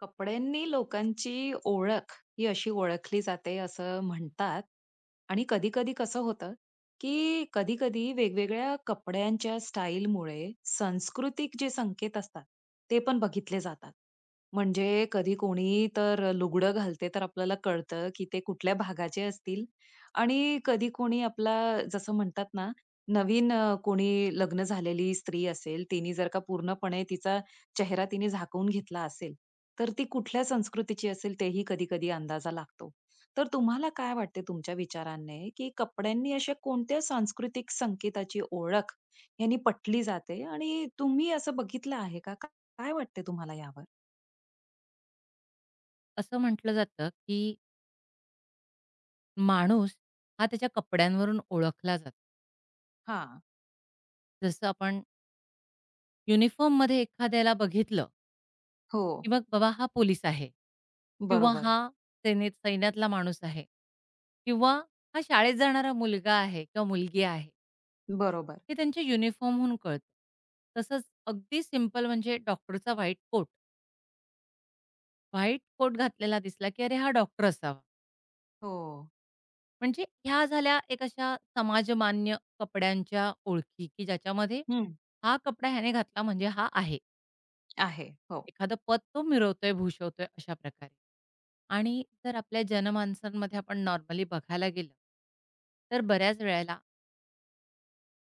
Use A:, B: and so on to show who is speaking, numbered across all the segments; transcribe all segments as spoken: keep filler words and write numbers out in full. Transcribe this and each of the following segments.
A: कपड्यांनी लोकांची ओळख ही अशी ओळखली जाते असं म्हणतात आणि कधी कधी कसं होतं की कधी कधी वेगवेगळ्या कपड्यांच्या स्टाईलमुळे सांस्कृतिक जे संकेत असतात ते पण बघितले जातात म्हणजे कधी कोणी तर लुगडं घालते तर आपल्याला कळतं की ते कुठल्या भागाचे असतील आणि कधी कोणी आपला जसं म्हणतात ना नवीन अ, कोणी लग्न झालेली स्त्री असेल तिने जर का पूर्णपणे तिचा चेहरा तिने झाकून घेतला असेल तर ती कुठल्या संस्कृतीची असेल तेही कधी-कधी अंदाजा लागतो. तर तुम्हाला काय वाटते तुमच्या विचाराने, की कपड्यांनी अशा कोणत्या सांस्कृतिक संकेताची ओळख यांनी पटली जाते आणि तुम्ही असं बघितलं आहे का? का- काय वाटते तुम्हाला यावर?
B: असं म्हटलं जातं, की माणूस हा त्याच्या कपड्यांवरून ओळखला जातो.
A: हां.
B: जसं आपण युनिफॉर्ममध्ये एखाद्याला बघितलं,
A: हो.
B: की मग बाबा हा पोलीस आहे किंवा
A: बरोबर,
B: हा सेनेत सैन्यातला माणूस आहे किंवा हा शाळेत जाणारा मुलगा आहे किंवा मुलगी आहे.
A: बरोबर.
B: हे त्यांच्या युनिफॉर्महून कळतं. तसंच अगदी सिंपल म्हणजे डॉक्टरचा व्हाईट कोट. व्हाईट कोट घातलेला दिसला, की अरे हा डॉक्टर असावा.
A: हो.
B: म्हणजे ह्या झाल्या एक अशा समाजमान्य कपड्यांच्या ओळखी, की ज्याच्यामध्ये
A: हं.
B: हा कपडा ह्याने घातला म्हणजे हा आहे.
A: आहे. हो.
B: एखादं पद तो मिरवतोय, भूषवतोय अशा प्रकारे. आणि जर आपल्या जनमानसांमध्ये आपण नॉर्मली बघायला गेलं, तर बऱ्याच वेळेला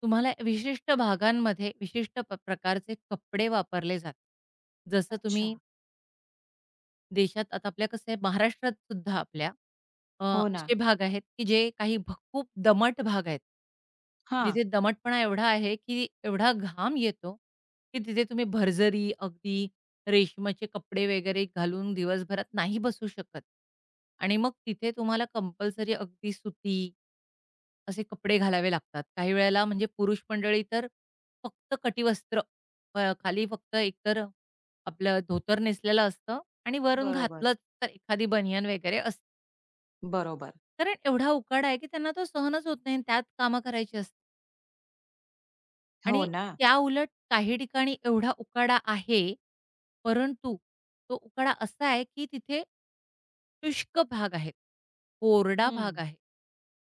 B: तुम्हाला विशिष्ट भागांमध्ये विशिष्ट प प्रकारचे कपडे वापरले जातात. जसं
A: अच्छा.
B: तुम्ही देशात आता आपल्या कसं आहे महाराष्ट्रात सुद्धा आपल्या अ,
A: हो ना.
B: असे भाग आहेत, की जे काही भ खूप दमट भाग आहेत.
A: हां.
B: जिथे दमटपणा एवढा आहे, की एवढा घाम येतो, की तिथे तुम्ही भरजरी अगदी रेशमाचे कपडे वगैरे घालून दिवसभरात नाही बसू शकत आणि मग तिथे तुम्हाला कंपल्सरी अगदी सुती असे कपडे घालावे लागतात. काही वेळेला म्हणजे पुरुष मंडळी तर फक्त कटिवस्त्र अ, खाली फक्त एकतर आपलं धोतर नेसलेलं असतं आणि वरून
A: बरोबर,
B: घातलंच तर एखादी बनियान वगैरे असते.
A: बरोबर.
B: कारण एवढा उकाडा आहे, की त्यांना तो सहनच होत नाही आणि त्यात कामं करायची असतात.
A: हो
B: आणि
A: ना.
B: त्याउलट काही ठिकाणी एवढा उकाडा आहे, परंतु तो उकाडा असा आहे, की तिथे शुष्क भाग आहे, कोरडा
A: हं.
B: भाग आहे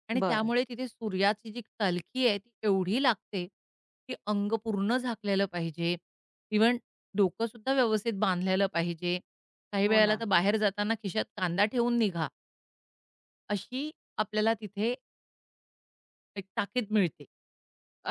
B: आणि
A: बरं.
B: त्यामुळे तिथे सूर्याची जी तलखी आहे, ती एवढी लागते, की अंग पूर्ण झाकलेलं पाहिजे. इव्हन डोकंसुद्धा व्यवस्थित बांधलेलं पाहिजे. काही
A: हो
B: वेळेला
A: ना.
B: तर बाहेर जाताना खिशात कांदा ठेवून निघा, अशी आपल्याला तिथे एक ताकीद मिळते.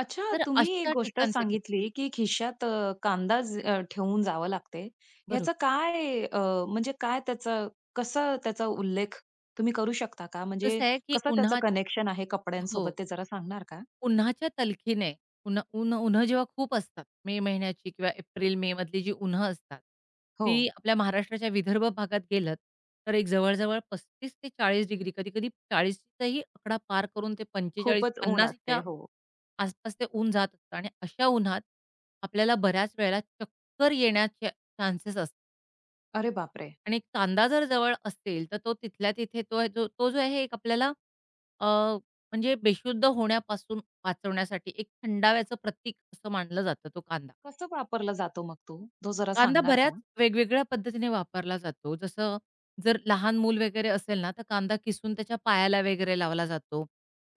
A: अच्छा,
B: तर
A: तुम्ही एक
B: अशा
A: गोष्ट
B: ठिकाणचे कपडे
A: सांगितली, की खिशात अ, कांदा ज अ, ठेवून जावं लागते. ह्याचं
B: बरोबर.
A: काय अ, म्हणजे काय त्याचं कसं त्याचा उल्लेख तुम्ही करू शकता का? म्हणजे
B: कसं आहे, की
A: कसं त्याचं
B: उन्हात
A: कनेक्शन आहे
B: हो.
A: कपड्यांसोबत ते जरा सांगणार का?
B: उन्हाच्या तलखीने उन्हा उन्ह उन्हं जेव्हा खूप असतात, मे महिन्याची किंवा एप्रिल-मे मधली जी उन्हं असतात,
A: हो.
B: ती आपल्या महाराष्ट्राच्या विदर्भ भागात गेलत, तर एक जवळ-जवळ पस्तीस ते चाळीस डिग्री, कधी-कधी चाळीस चाही आकडा पार करून ते
A: खूपच ऊन
B: पंचेचाळीस पन्नास
A: असते. हो.
B: आसपास ते ऊन जात असतं आणि अशा उन्हात आपल्याला बऱ्याच वेळेला चक्कर येण्याचे चान्सेस असतात.
A: अरे बापरे!
B: आणि एक कांदा जर जवळ असेल, तर तो तिथल्या तिथे तो जो तो जो आहे एक आपल्याला अ, म्हणजे बेशुद्ध होण्यापासून वाचवण्यासाठी एक थंडाव्याचं प्रतीक असं मानलं जातं तो कांदा.
A: कसं वापरला जातो मग तो? तो जरा
B: कांदा
A: सांगणार
B: बऱ्याच
A: का?
B: वेगवेगळ्या पद्धतीने वापरला जातो. जसं जर लहान मूल वगैरे असेल ना, तर कांदा किसून त्याच्या पायाला वगैरे लावला जातो.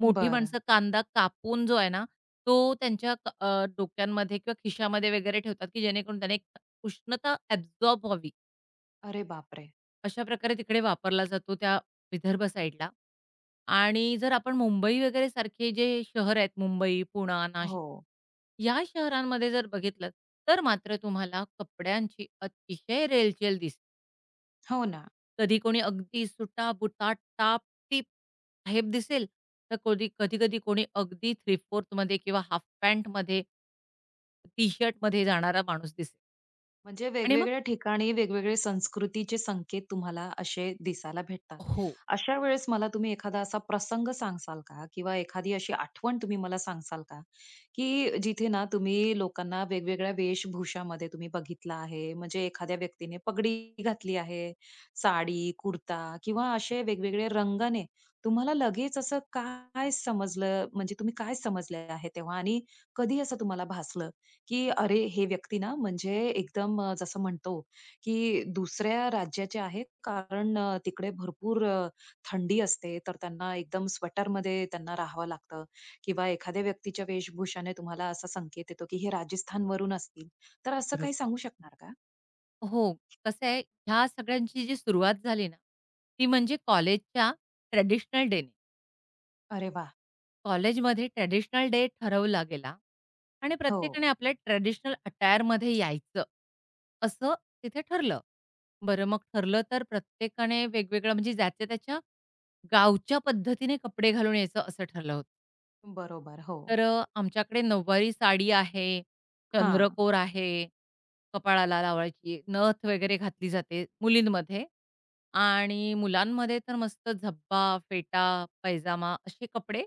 B: मोठी
A: बरं.
B: माणसं कांदा कापून जो आहे ना, तो त्यांच्या क अ, डोक्यांमध्ये किंवा खिशामध्ये वगैरे ठेवतात, की जेणेकरून त्याने एक उष्णता ॲब्झॉर्ब व्हावी.
A: अरे बापरे!
B: अशा प्रकारे तिकडे वापरला जातो त्या विदर्भ साईडला. आणि जर आपण मुंबई वगैरे सारखे जे शहर आहेत मुंबई, पुणा, नाशिक
A: हो.
B: या शहरांमध्ये जर बघितलं, तर मात्र तुम्हाला कपड्यांची अतिशय रेलचेल दिसेल.
A: हो ना.
B: कधी कोणी अगदी सुटा-बुटा, टाप-टीप साहेब दिसेल, तर कधी कधी-कधी कोणी अगदी थ्री-फोर्थमध्ये किंवा हाल्फ पॅन्टमध्ये, टी-शर्टमध्ये जाणारा माणूस दिसेल.
A: म्हणजे
B: आणि मग
A: वेगवेगळ्या ठिकाणी वेगवेगळे संस्कृतीचे संकेत तुम्हाला असे दिसायला भेटतात.
B: हो.
A: अशा वेळेस मला तुम्ही एखादा असा प्रसंग सांगाल का? किंवा एखादी अशी आठवण तुम्ही मला सांगसाल का? की जिथे ना तुम्ही लोकांना वेगवेगळ्या वेशभूषामध्ये तुम्ही बघितलं आहे. म्हणजे एखाद्या व्यक्तीने पगडी घातली आहे, साडी, कुर्ता किंवा असे वेगवेगळे रंगाने तुम्हाला लगेच असं काय समजलं म्हणजे तुम्ही काय समजले आहे तेव्हा आणि कधी असं तुम्हाला भासलं? की अरे, हे व्यक्ती ना म्हणजे एकदम अ, जसं म्हणतो, की दुसऱ्या राज्याचे आहेत कारण अ, तिकडे भरपूर अ, थंडी असते, तर त्यांना एकदम स्वेटरमध्ये त्यांना राहावं लागतं किंवा एखाद्या व्यक्तीच्या वेशभूषाने तुम्हाला असा संकेत येतो, की हे राजस्थानवरून असतील. तर असं काही
B: बरोबर.
A: सांगू शकणार का?
B: हो. कसं आहे, ह्या सगळ्यांची जी सुरुवात झाली ना, ती म्हणजे कॉलेजच्या ट्रेडिशनल डेने.
A: अरे वाह!
B: कॉलेजमध्ये ट्रेडिशनल डे ठरवला गेला आणि
A: हो.
B: प्रत्येकाने आपल्या ट्रेडिशनल अटायरमध्ये यायचं, असं तिथे ठरलं. बरं मग ठरलं तर प्रत्येकाने वेगवेगळं म्हणजे ज्याच्या त्याच्या गावच्या पद्धतीने कपडे घालून यायचं असं ठरलं होतं.
A: बरोबर. हो.
B: तर अ, आमच्याकडे नऊवारी साडी आहे,
A: हां.
B: चंद्रकोर आहे, कपाळाला लावायची, नथ वगैरे घातली जाते मुलींमध्ये आणि मुलांमध्ये तर मस्त झब्बा, फेटा, पैजामा असे कपडे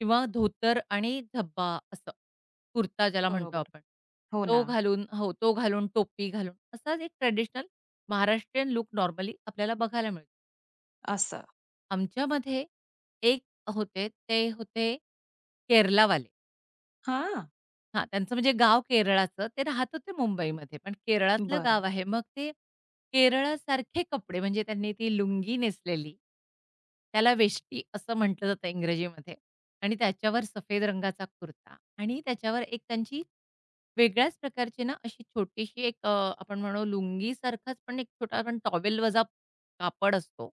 B: किंवा धोतर आणि झब्बा असं. कुर्ता ज्याला म्हणतो
A: बरोबर.
B: आपण.
A: हो
B: तो
A: ना.
B: घालून हो, तो घालून, टोपी घालून असाच एक ट्रेडिशनल महाराष्ट्रीयन लूक नॉर्मली आपल्याला बघायला मिळतो.
A: असं.
B: आमच्यामध्ये एक होते, ते होते केरलावाले.
A: हां.
B: हां, त्यांचं म्हणजे गाव केरळाचं. ते राहत होते मुंबईमध्ये, पण केरळातलं
A: बरं.
B: गाव आहे. मग ते केरळासारखे कपडे म्हणजे त्यांनी ती लुंगी नेसलेली. त्याला वेष्टी असं म्हटलं जातं इंग्रजीमध्ये आणि त्याच्यावर सफेद रंगाचा कुर्ता आणि त्याच्यावर एक त्यांची वेगळ्याच प्रकारची ना अशी छोटीशी एक अ, आपण म्हणू लुंगीसारखाच पण एक छोटा पण टॉवेल वजा कापड असतो.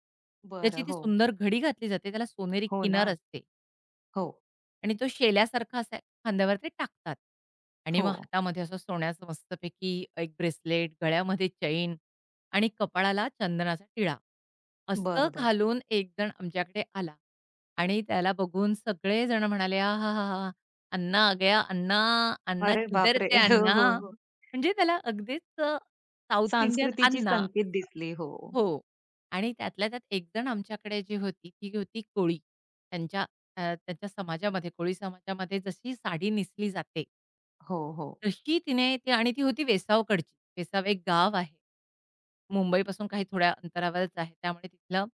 B: त्याची
A: बरं.
B: ती
A: हो.
B: सुंदर घडी घातली जाते. त्याला सोनेरी
A: हो ना.
B: किनार असते.
A: हो.
B: आणि तो शेल्यासारखा असा खांद्यावर ते टाकतात आणि
A: हो.
B: मग हातामध्ये असं सोन्याचं मस्तपैकी एक ब्रेसलेट, गळ्यामध्ये चैन आणि कपाळाला चंदनाचा टिळा. असं
A: बरोबर.
B: घालून एकजण आमच्याकडे आला आणि त्याला बघून सगळेजण म्हणाले, "आहाहाहा! अण्णा आ गया अण्णा, अण्णा
A: अरे
B: किधर
A: बापरे!
B: थे
A: हो,
B: अण्णा?"
A: हो.
B: म्हणजे त्याला अगदीच अ, साउथ इंडियन
A: संस्कृतीची
B: अण्णा.
A: संकेत दिसली. हो.
B: हो. आणि त्यातल्या त्यात एकजण आमच्याकडे जी होती, ती होती कोळी. त्यांच्या अ, त्यांच्या समाजामध्ये, कोळी समाजामध्ये जशी साडी नेसली जाते,
A: हो, हो.
B: तशी तिने ती आणि ती होती वेसावकडची. वेसाव एक गाव आहे. मुंबईपासून काही थोड्या अंतरावरच आहे. त्यामुळे तिथलं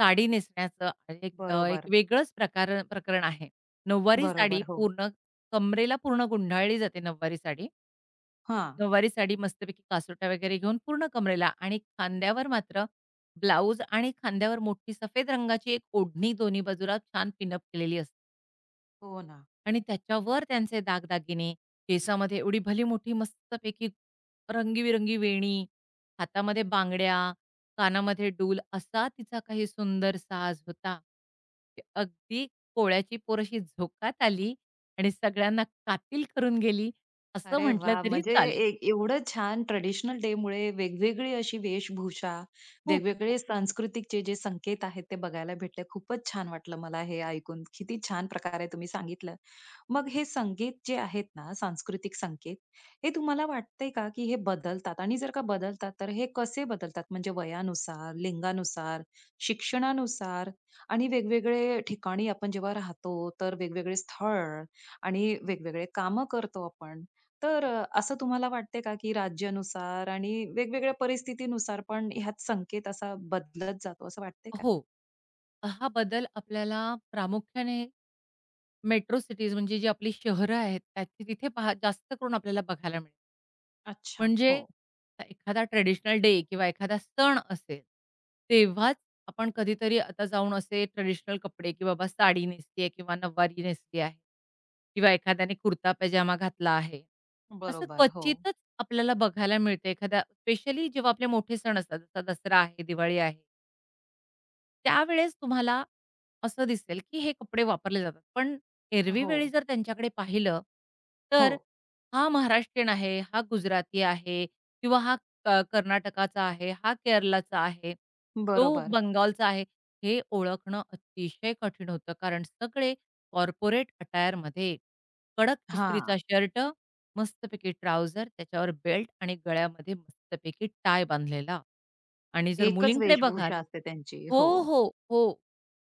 B: साडी नेसण्याचं आणि एक अ, एक
A: बरोबर,
B: वेगळंच प्रकार प्रकरण आहे. नऊवारी साडी
A: बरोबर. हो.
B: पूर्ण कमरेला पूर्ण गुंडाळली जाते नऊवारी साडी.
A: हा,
B: नऊवारी साडी मस्तपैकी कासोटा वगैरे घेऊन पूर्ण कमरेला आणि खांद्यावर मात्र ब्लाउज आणि खांद्यावर मोठी सफेद रंगाची एक ओढणी दोन्ही बाजूला छान पिनअप केलेली असते
A: हो ना.
B: आणि त्याच्यावर त्यांचे दागदागिने, केसामध्ये एवढी भली मोठी मस्तपैकी रंगीबिरंगी वेणी, हातामध्ये बांगड्या, कानामध्ये डूल असा तिचा काही सुंदर साज होता. की अगदी कोळ्याची पोर अशी झोकात आली आणि सगळ्यांना कातील करून गेली असं
A: अरे
B: म्हटलं
A: वाह!
B: तरी
A: म्हणजे
B: चालेल.
A: ए एवढं छान ट्रेडिशनल डे मुळे वेगवेगळी अशी वेशभूषा,
B: खूप
A: वेगवेगळे सांस्कृतिकचे जे संकेत आहेत, ते बघायला भेटले. खूपच छान वाटलं मला हे ऐकून. किती छान प्रकारे तुम्ही सांगितलं. मग हे संकेत जे आहेत ना, सांस्कृतिक संकेत, हे तुम्हाला वाटतंय का, की हे बदलतात? आणि जर का बदलतात, तर हे कसे बदलतात? म्हणजे वयानुसार, लिंगानुसार, शिक्षणानुसार आणि वेगवेगळे ठिकाणी आपण जेव्हा राहतो, तर वेगवेगळे स्थळ आणि वेगवेगळे कामं करतो आपण. तर अ, असं तुम्हाला वाटतंय का, की राज्यानुसार आणि वेगवेगळ्या परिस्थितीनुसार पण ह्यात संकेत असा बदलत जातो, असं वाटतंय का?
B: हो. हा बदल आपल्याला प्रामुख्याने मेट्रो सिटीज म्हणजे जी आपली शहरं आहेत त्याची तिथे पहा जास्त करून आपल्याला बघायला मिळेल.
A: अच्छा.
B: म्हणजे
A: हो.
B: आता एखादा ट्रेडिशनल डे किंवा एखादा सण असेल, तेव्हाच आपण कधीतरी आता जाऊन असे ट्रेडिशनल कपडे की बाबा साडी नेसली आहे किंवा नऊवारी नेसली आहे किंवा एखाद्याने कुर्ता पैजामा घातला आहे. असं
A: बरोबर. हो.
B: क्वचितच आपल्याला बघायला मिळते एखाद्या स्पेशली जेव्हा आपले मोठे सण असतात जसा दसरा आहे, दिवाळी आहे. त्यावेळेस तुम्हाला असं दिसेल, की हे कपडे वापरले जातात. पण एरवी
A: हो.
B: वेळी जर त्यांच्याकडे पाहिलं,
A: हो.
B: तर हा महाराष्ट्रीयन आहे, हा गुजराती आहे किंवा हा क कर्नाटकाचा आहे, हा केरलाचा आहे, तो
A: बरोबर.
B: बंगालचा आहे. हे ओळखणं अतिशय कठीण होतं. कारण सगळे कॉर्पोरेट अटायरमध्ये कडक इस्त्रीचा
A: हां.
B: शर्ट मस्तपैकी ट्राउझर, त्याच्यावर बेल्ट आणि गळ्यामध्ये मस्तपैकी टाय बांधलेला. आणि जर
A: एकच
B: मुलींकडे बघाल
A: वेशभूषा असते त्यांची.
B: हो,
A: हो.
B: हो, हो.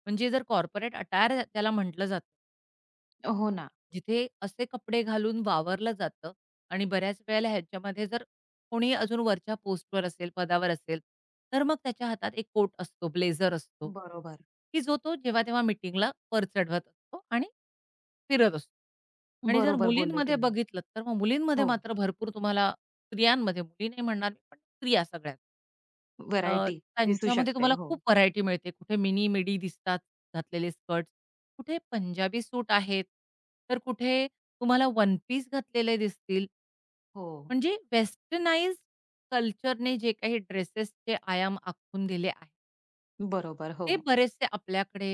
B: म्हणजे जर कॉर्पोरेट अटायर त्याला म्हटलं जातं.
A: हो ना.
B: जिथे असे कपडे घालून वावरलं जातं आणि बऱ्याच वेळेला ह्याच्यामध्ये जर कोणी अजून वरच्या पोस्टवर असेल, पदावर असेल, तर मग त्याच्या हातात एक कोट असतो, ब्लेझर असतो,
A: बरोबर.
B: की जो तो जेव्हा-तेव्हा मीटिंगला वर चढवत असतो आणि फिरत असतो. आणि जर
A: बरोबर बोलले
B: मुलींमध्ये
A: तुम्ही.
B: बघितलंत, तर मग मुलींमध्ये
A: हो.
B: मात्र भरपूर तुम्हाला स्त्रियांमध्ये, मुली नाही म्हणणार मी, पण स्त्रिया सगळ्या अ,
A: व्हरायटी दिसू
B: त्यांच्यामध्ये
A: शकते.
B: तुम्हाला
A: हो.
B: खूप व्हरायटी मिळते. कुठे मिनी, मिडी दिसतात घातलेले स्कर्ट्स, कुठे पंजाबी सूट आहेत, तर कुठे तुम्हाला वन पीस घातलेले दिसतील.
A: हो.
B: म्हणजे वेस्टर्नाइज्ड कल्चरने जे काही ड्रेसेसचे आयाम आखून दिले आहेत,
A: बरोबर. हो.
B: ते बरेचसे आपल्याकडे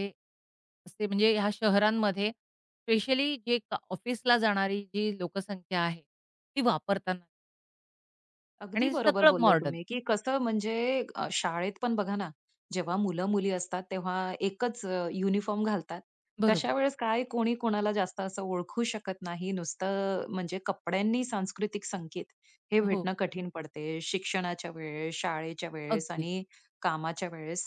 B: असे म्हणजे ह्या शहरांमध्ये स्पेशली जे क ऑफिसला जाणारी जी लोकसंख्या आहे, ती वापरताना
A: अगदी
B: आणि
A: बरोबर
B: सगळं
A: बोलले
B: मॉडर्न.
A: तुम्ही, की कसं म्हणजे अ, शाळेत पण बघा ना, जेव्हा मुलं-मुली असतात तेव्हा एकच अ, युनिफॉर्म घालतात.
B: बरोबर.
A: तशा वेळेस काय कोणी कोणाला जास्त असं ओळखू शकत नाही. नुसतं म्हणजे कपड्यांनी सांस्कृतिक संकेत हे
B: हो,
A: भेटणं कठीण पडते. शिक्षणाच्या वेळेस, शाळेच्या वेळेस
B: अगदीच.
A: आणि कामाच्या वेळेस.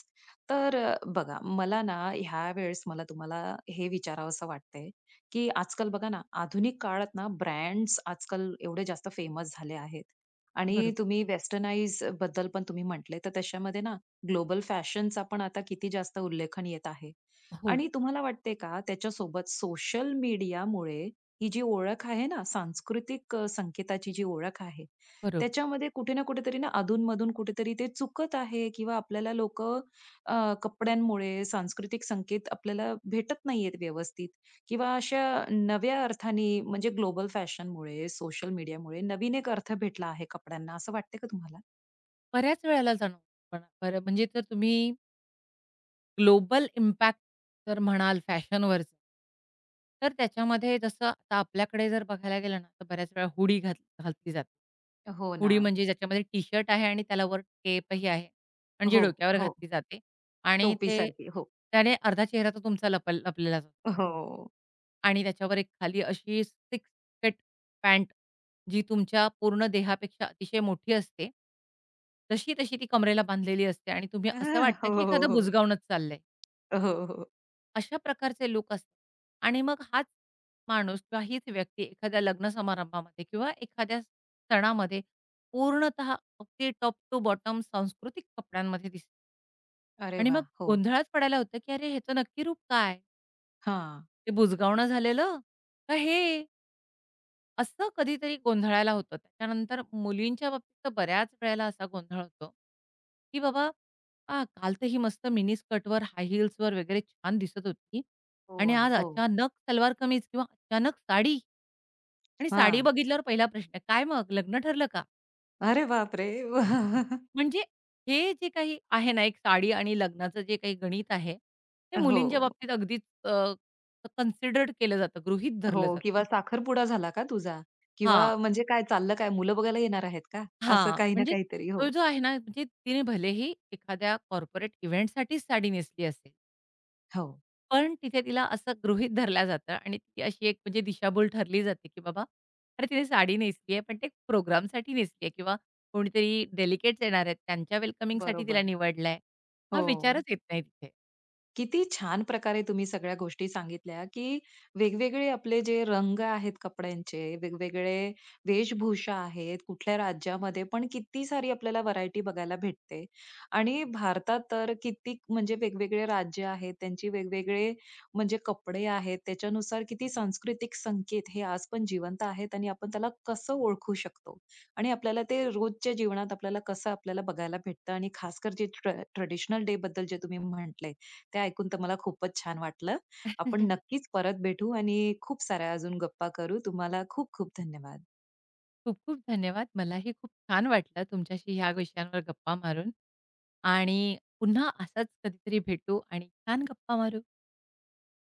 A: तर अ, बघा मला ना ह्या वेळेस मला तुम्हाला हे विचारावसं वाटतंय, की आजकाल बघा ना आधुनिक काळात ना ब्रँड्स आजकाल एवढे जास्त फेमस झाले आहेत. आणि
B: बरोबर.
A: तुम्ही वेस्टर्नाइज बद्दल पण तुम्ही म्हटले, तर त्याच्यामध्ये ना ग्लोबल फॅशनचा पण आता किती जास्त उल्लेखन येत आहे.
B: हो,
A: आणि तुम्हाला वाटते का त्याच्यासोबत सोशल मीडियामुळे ही जी ओळख आहे ना, सांस्कृतिक अ, संकेताची जी ओळख आहे,
B: बरोबर.
A: त्याच्यामध्ये कुठे ना कुठेतरी ना अधून कुठेतरी ते चुकत आहे किंवा आपल्याला लोकं कपड्यांमुळे सांस्कृतिक संकेत आपल्याला भेटत नाहीयेत व्यवस्थित. किंवा अशा नव्या अर्थाने म्हणजे ग्लोबल फॅशनमुळे, सोशल मीडियामुळे नवीन एक अर्थ भेटला आहे कपड्यांना, असं वाटतंय का तुम्हाला?
B: बऱ्याच वेळेला जाणवतो पण बरं म्हणजे जर तुम्ही ग्लोबल इम्पॅक्ट जर म्हणाल फॅशनवरचं, तर त्याच्यामध्ये जसं आता आपल्याकडे जर बघायला गेलं ना, तर बऱ्याच वेळा हुडी घात घातली जाते.
A: हो ना.
B: हुडी म्हणजे ज्याच्यामध्ये टी-शर्ट आहे आणि त्याला वर केपही आहे आणि जी
A: हो,
B: डोक्यावर
A: हो.
B: घातली जाते आणि ते
A: टोपीसारखी. हो.
B: त्याने अर्धा चेहरा तर तुमचा लपल लपलेलाच असतो.
A: हो.
B: आणि त्याच्यावर एक खाली अशी सिक्स पॅट पॅन्ट जी तुमच्या पूर्ण देहापेक्षा अतिशय मोठी असते. तशी, तशी ती कमरेला बांधलेली असते आणि तुम्ही असं
A: हो,
B: वाटतं की
A: हो,
B: एखादं
A: हो.
B: बुजगावूनच चाललंय.
A: हो, हो.
B: अशा प्रकारचे लूक असतात आणि मग हाच माणूस किंवा हीच व्यक्ती एखाद्या लग्न समारंभामध्ये किंवा एखाद्या सणामध्ये पूर्णतः अगदी टॉप टू बॉटम सांस्कृतिक कपड्यांमध्ये दिसते
A: अरे
B: आणि मग
A: वाह! हो.
B: गोंधळात पडायला होतं की "अरे, ह्याचं नक्की रूप काय?
A: हां.
B: ते बुजगावणं झालेलं? का हे?" असं कधीतरी गोंधळायला होतं. त्याच्यानंतर मुलींच्या बाबतीत तर बऱ्याच वेळेला असा गोंधळ होतो, की बाबा आ, काल तर ही मस्त मिनी स्कर्टवर, हाय हील्सवर वगैरे छान दिसत होती आणि
A: हो ना.
B: आज
A: हो.
B: अचानक सलवार कमीज किंवा अचानक साडी आणि साडी
A: हां.
B: बघितल्यावर पहिला प्रश्न, "काय मग लग्न ठरलं का?"
A: अरे बापरे!
B: म्हणजे हे जे काही आहे ना, एक साडी आणि लग्नाचं जे काही गणित आहे, ते
A: हो.
B: मुलींच्या बाबतीत अगदीच कन्सिडर्ड केलं जातं, गृहीत
A: हो
B: धरलं जातं.
A: किंवा साखरपुडा झाला का तुझा? किंवा
B: हां.
A: म्हणजे काय चाललं काय? मुलं बघायला येणार आहेत का? असं
B: हां,
A: काही ना
B: म्हणजे
A: काहीतरी.
B: तो
A: हो.
B: जो आहे ना, म्हणजे तिने भलेही एखाद्या कॉर्पोरेट इव्हेंटसाठीच साडी नेसली असेल,
A: हो.
B: पण तिथे तिला असं गृहीत धरलं जातं आणि ती अशी एक म्हणजे दिशाभूल ठरली जाते, की बाबा अरे, तिने साडी नेसली आहे, पण ते प्रोग्रामसाठी नेसली आहे किंवा कोणीतरी डेलिगेट्स येणार आहेत, त्यांच्या वेलकमिंगसाठी तिला
A: बरोबर.
B: निवडलं आहे. हा विचारच
A: हो.
B: येत नाही तिथे.
A: किती छान प्रकारे तुम्ही सगळ्या गोष्टी सांगितल्या, की वेगवेगळे आपले जे रंग आहेत कपड्यांचे, वेगवेगळे वेशभूषा आहेत, कुठल्या राज्यामध्ये पण किती सारी आपल्याला व्हरायटी बघायला भेटते. आणि भारतात तर कितीक म्हणजे वेगवेगळे राज्य आहेत, त्यांचे वेगवेगळे म्हणजे कपडे आहेत, त्याच्यानुसार किती सांस्कृतिक संकेत हे आज पण जिवंत आहेत आणि आपण त्याला कसं ओळखू शकतो आणि आपल्याला ते रोजच्या जीवनात आपल्याला कसं आपल्याला बघायला भेटतं आणि खासकर जे ट्रेडिशनल डे बद्दल जे तुम्ही म्हटले, ते ऐकून तर मला खूपच छान वाटलं. आपण नक्कीच परत भेटू आणि खूप साऱ्या अजून गप्पा करू. तुम्हाला खूप खूप धन्यवाद.
B: खूप-खूप धन्यवाद. मलाही खूप छान वाटलं तुमच्याशी ह्या विषयांवर गप्पा मारून आणि पुन्हा असाच कधीतरी भेटू आणि छान गप्पा मारू.